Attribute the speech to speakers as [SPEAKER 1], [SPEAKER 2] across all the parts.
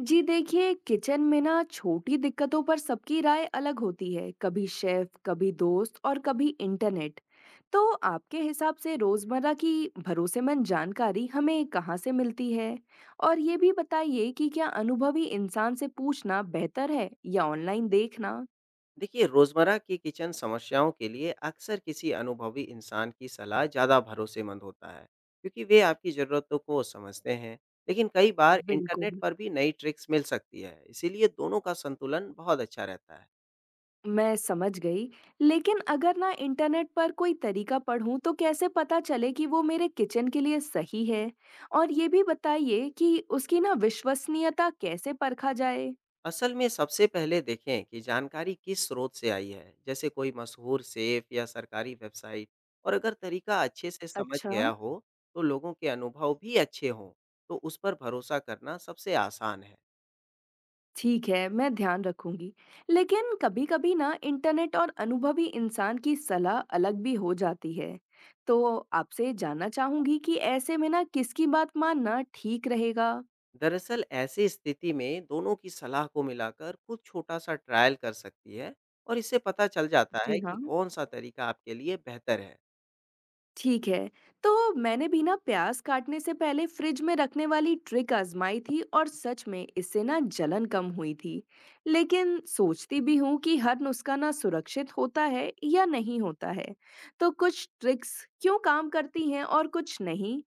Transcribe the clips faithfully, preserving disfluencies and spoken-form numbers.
[SPEAKER 1] जी देखिए, किचन में ना छोटी दिक्कतों पर सबकी राय अलग होती है। कभी शेफ, कभी दोस्त और कभी इंटरनेट। तो आपके हिसाब से रोजमर्रा की भरोसेमंद जानकारी हमें कहाँ से मिलती है? और ये भी बताइए कि क्या अनुभवी इंसान से पूछना बेहतर है या ऑनलाइन देखना।
[SPEAKER 2] देखिए, रोजमर्रा की किचन समस्याओं के लिए अक्सर किसी अनुभवी इंसान की सलाह ज़्यादा भरोसेमंद होता है। क्योंकि वे आपकी ज़रूरतों को समझते हैं। लेकिन कई बार इंटरनेट
[SPEAKER 1] बिल्कुल,
[SPEAKER 2] पर भी नई ट्रिक्स मिल सकती है, इसीलिए दोनों का संतुलन बहुत अच्छा रहता है।
[SPEAKER 1] मैं समझ गई, लेकिन अगर ना इंटरनेट पर कोई तरीका पढूं तो कैसे पता चले कि वो मेरे किचन के लिए सही है? और ये भी बताइए कि उसकी ना विश्वसनीयता कैसे परखा जाए?
[SPEAKER 2] असल में सबसे पहले देखें कि जानकारी किस स्रोत से आई है, जैसे कोई मशहूर सेफ या सरकारी वेबसाइट। और अगर तरीका अच्छे से समझ
[SPEAKER 1] अच्छा।
[SPEAKER 2] गया हो तो लोगों के अनुभव भी अच्छे हों, तो उस पर भरोसा करना सबसे आसान है।
[SPEAKER 1] ठीक है, मैं ध्यान रखूंगी। लेकिन कभी-कभी ना इंटरनेट और अनुभवी इंसान की सलाह अलग भी हो जाती है। तो आपसे जानना चाहूंगी कि ऐसे में ना किसकी बात मानना ठीक रहेगा?
[SPEAKER 2] दरअसल ऐसी स्थिति में दोनों की सलाह को मिलाकर खुद छोटा सा ट्रायल कर सकती है। और इससे पता चल जाता
[SPEAKER 1] जी
[SPEAKER 2] है कि
[SPEAKER 1] हाँ।
[SPEAKER 2] कौन सा तरीका आपके लिए बेहतर है।
[SPEAKER 1] ठीक है। तो मैंने भी ना प्याज काटने से पहले फ्रिज में रखने वाली ट्रिक आजमाई थी और सच में इससे ना जलन कम हुई थी। लेकिन सोचती भी हूँ कि हर नुस्खा ना सुरक्षित होता है या नहीं होता है। तो कुछ ट्रिक्स क्यों काम करती हैं और कुछ नहीं?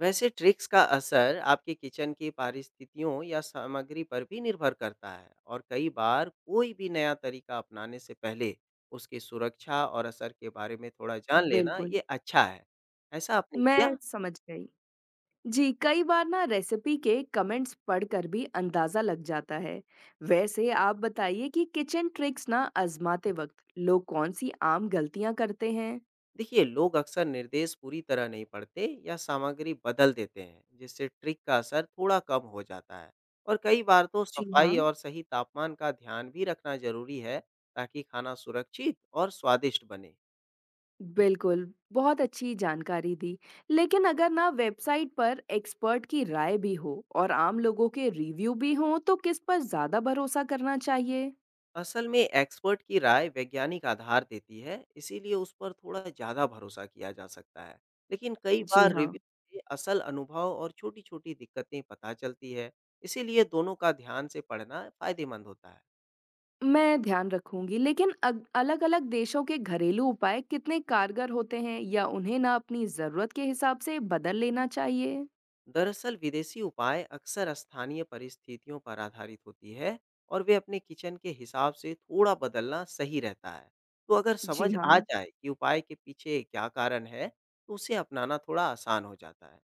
[SPEAKER 2] वैसे ट्रिक्स का असर आपके किचन की परिस्थितियों या सामग्री पर भी निर्भर करता है। और कई बार कोई भी नया तरीका अपनाने से पहले उसकी सुरक्षा और असर के बारे में थोड़ा जान लेना
[SPEAKER 1] बिल्कुल,
[SPEAKER 2] ये अच्छा है। ऐसा आपने
[SPEAKER 1] मैं
[SPEAKER 2] किया?
[SPEAKER 1] समझ गई। जी, कई बार ना रेसिपी के कमेंट्स पढ़कर भी अंदाजा लग जाता है। वैसे आप बताइए कि किचन ट्रिक्स ना आजमाते वक्त लोग कौन सी आम गलतियां करते हैं?
[SPEAKER 2] देखिए, लोग अक्सर निर्देश पूरी तरह नहीं पढ़ते या सामग्री बदल देते हैं, जिससे ट्रिक का असर थोड़ा कम हो जाता है। और कई बार तो
[SPEAKER 1] जी हाँ।
[SPEAKER 2] सफाई और सही तापमान का ध्यान भी रखना जरूरी है, ताकि खाना सुरक्षित और स्वादिष्ट बने।
[SPEAKER 1] बिल्कुल, बहुत अच्छी जानकारी दी। लेकिन अगर ना वेबसाइट पर एक्सपर्ट की राय भी हो और आम लोगों के रिव्यू भी हों तो किस पर ज्यादा भरोसा करना चाहिए?
[SPEAKER 2] असल में एक्सपर्ट की राय वैज्ञानिक आधार देती है, इसीलिए उस पर थोड़ा ज़्यादा भरोसा किया जा सकता है। लेकिन कई
[SPEAKER 1] जी
[SPEAKER 2] बार
[SPEAKER 1] हाँ।
[SPEAKER 2] रिव्यू से असल अनुभव और छोटी-छोटी दिक्कतें पता चलती है, इसीलिए दोनों का ध्यान से पढ़ना फायदेमंद होता है।
[SPEAKER 1] मैं ध्यान रखूंगी, लेकिन अलग अलग देशों के घरेलू उपाय कितने कारगर होते हैं या उन्हें ना अपनी जरूरत के हिसाब से बदल लेना चाहिए?
[SPEAKER 2] दरअसल विदेशी उपाय अक्सर स्थानीय परिस्थितियों पर आधारित होती है, और वे अपने किचन के हिसाब से थोड़ा बदलना सही रहता है। तो अगर
[SPEAKER 1] जी
[SPEAKER 2] समझ
[SPEAKER 1] हाँ।
[SPEAKER 2] आ जाए कि उपाय के पीछे क्या कारण है, तो उसे अपनाना थोड़ा आसान हो जाता है।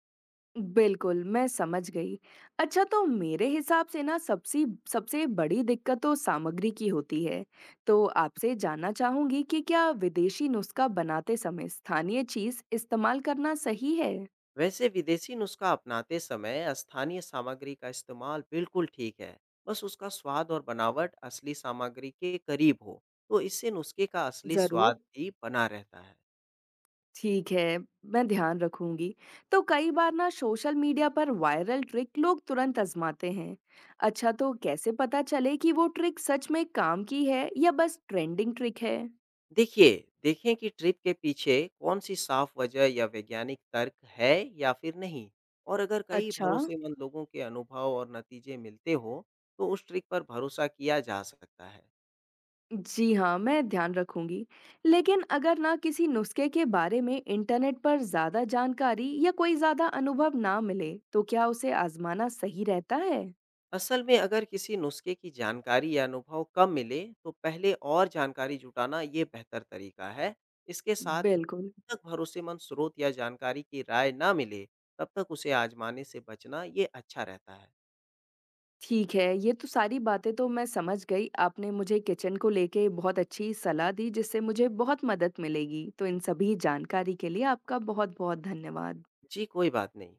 [SPEAKER 1] बिल्कुल, मैं समझ गई। अच्छा, तो मेरे हिसाब से ना सबसे सबसे बड़ी दिक्कत तो सामग्री की होती है। तो आपसे जानना चाहूंगी कि क्या विदेशी नुस्खा बनाते समय स्थानीय चीज इस्तेमाल करना सही है?
[SPEAKER 2] वैसे विदेशी नुस्खा अपनाते समय स्थानीय सामग्री का इस्तेमाल बिल्कुल ठीक है, बस उसका स्वाद और बनावट असली सामग्री के करीब हो, तो इससे नुस्खे का असली
[SPEAKER 1] जरूर।
[SPEAKER 2] स्वाद भी बना रहता है।
[SPEAKER 1] ठीक है, मैं ध्यान रखूंगी। तो कई बार ना सोशल मीडिया पर वायरल ट्रिक लोग तुरंत आजमाते हैं। अच्छा, तो कैसे पता चले कि वो ट्रिक सच में काम की है या बस ट्रेंडिंग ट्रिक है?
[SPEAKER 2] देखिए, देखें कि ट्रिप के पीछे कौन-सी साफ वजह या वैज्ञानिक तर्क है या फिर नहीं। और अगर कई
[SPEAKER 1] अच्छा।
[SPEAKER 2] भरोसेमंद लोगों के अनुभव और नतीजे मिलते हों, तो उस ट्रिक पर भरोसा किया जा सकता है।
[SPEAKER 1] जी हाँ, मैं ध्यान रखूंगी। लेकिन अगर ना किसी नुस्खे के बारे में इंटरनेट पर ज्यादा जानकारी या कोई ज्यादा अनुभव ना मिले, तो क्या उसे आजमाना सही रहता है?
[SPEAKER 2] असल में अगर किसी नुस्खे की जानकारी या अनुभव कम मिले, तो पहले और जानकारी जुटाना ये बेहतर तरीका है। इसके साथ ही
[SPEAKER 1] बिल्कुल।
[SPEAKER 2] जब तक भरोसेमंद स्रोत या जानकारी की राय ना मिले, तब तक उसे आजमाने से बचना ये अच्छा रहता है।
[SPEAKER 1] ठीक है, ये तो सारी बातें तो मैं समझ गई। आपने मुझे किचन को लेके बहुत अच्छी सलाह दी जिससे मुझे बहुत मदद मिलेगी। तो इन सभी जानकारी के लिए आपका बहुत-बहुत धन्यवाद।
[SPEAKER 2] जी, कोई बात नहीं।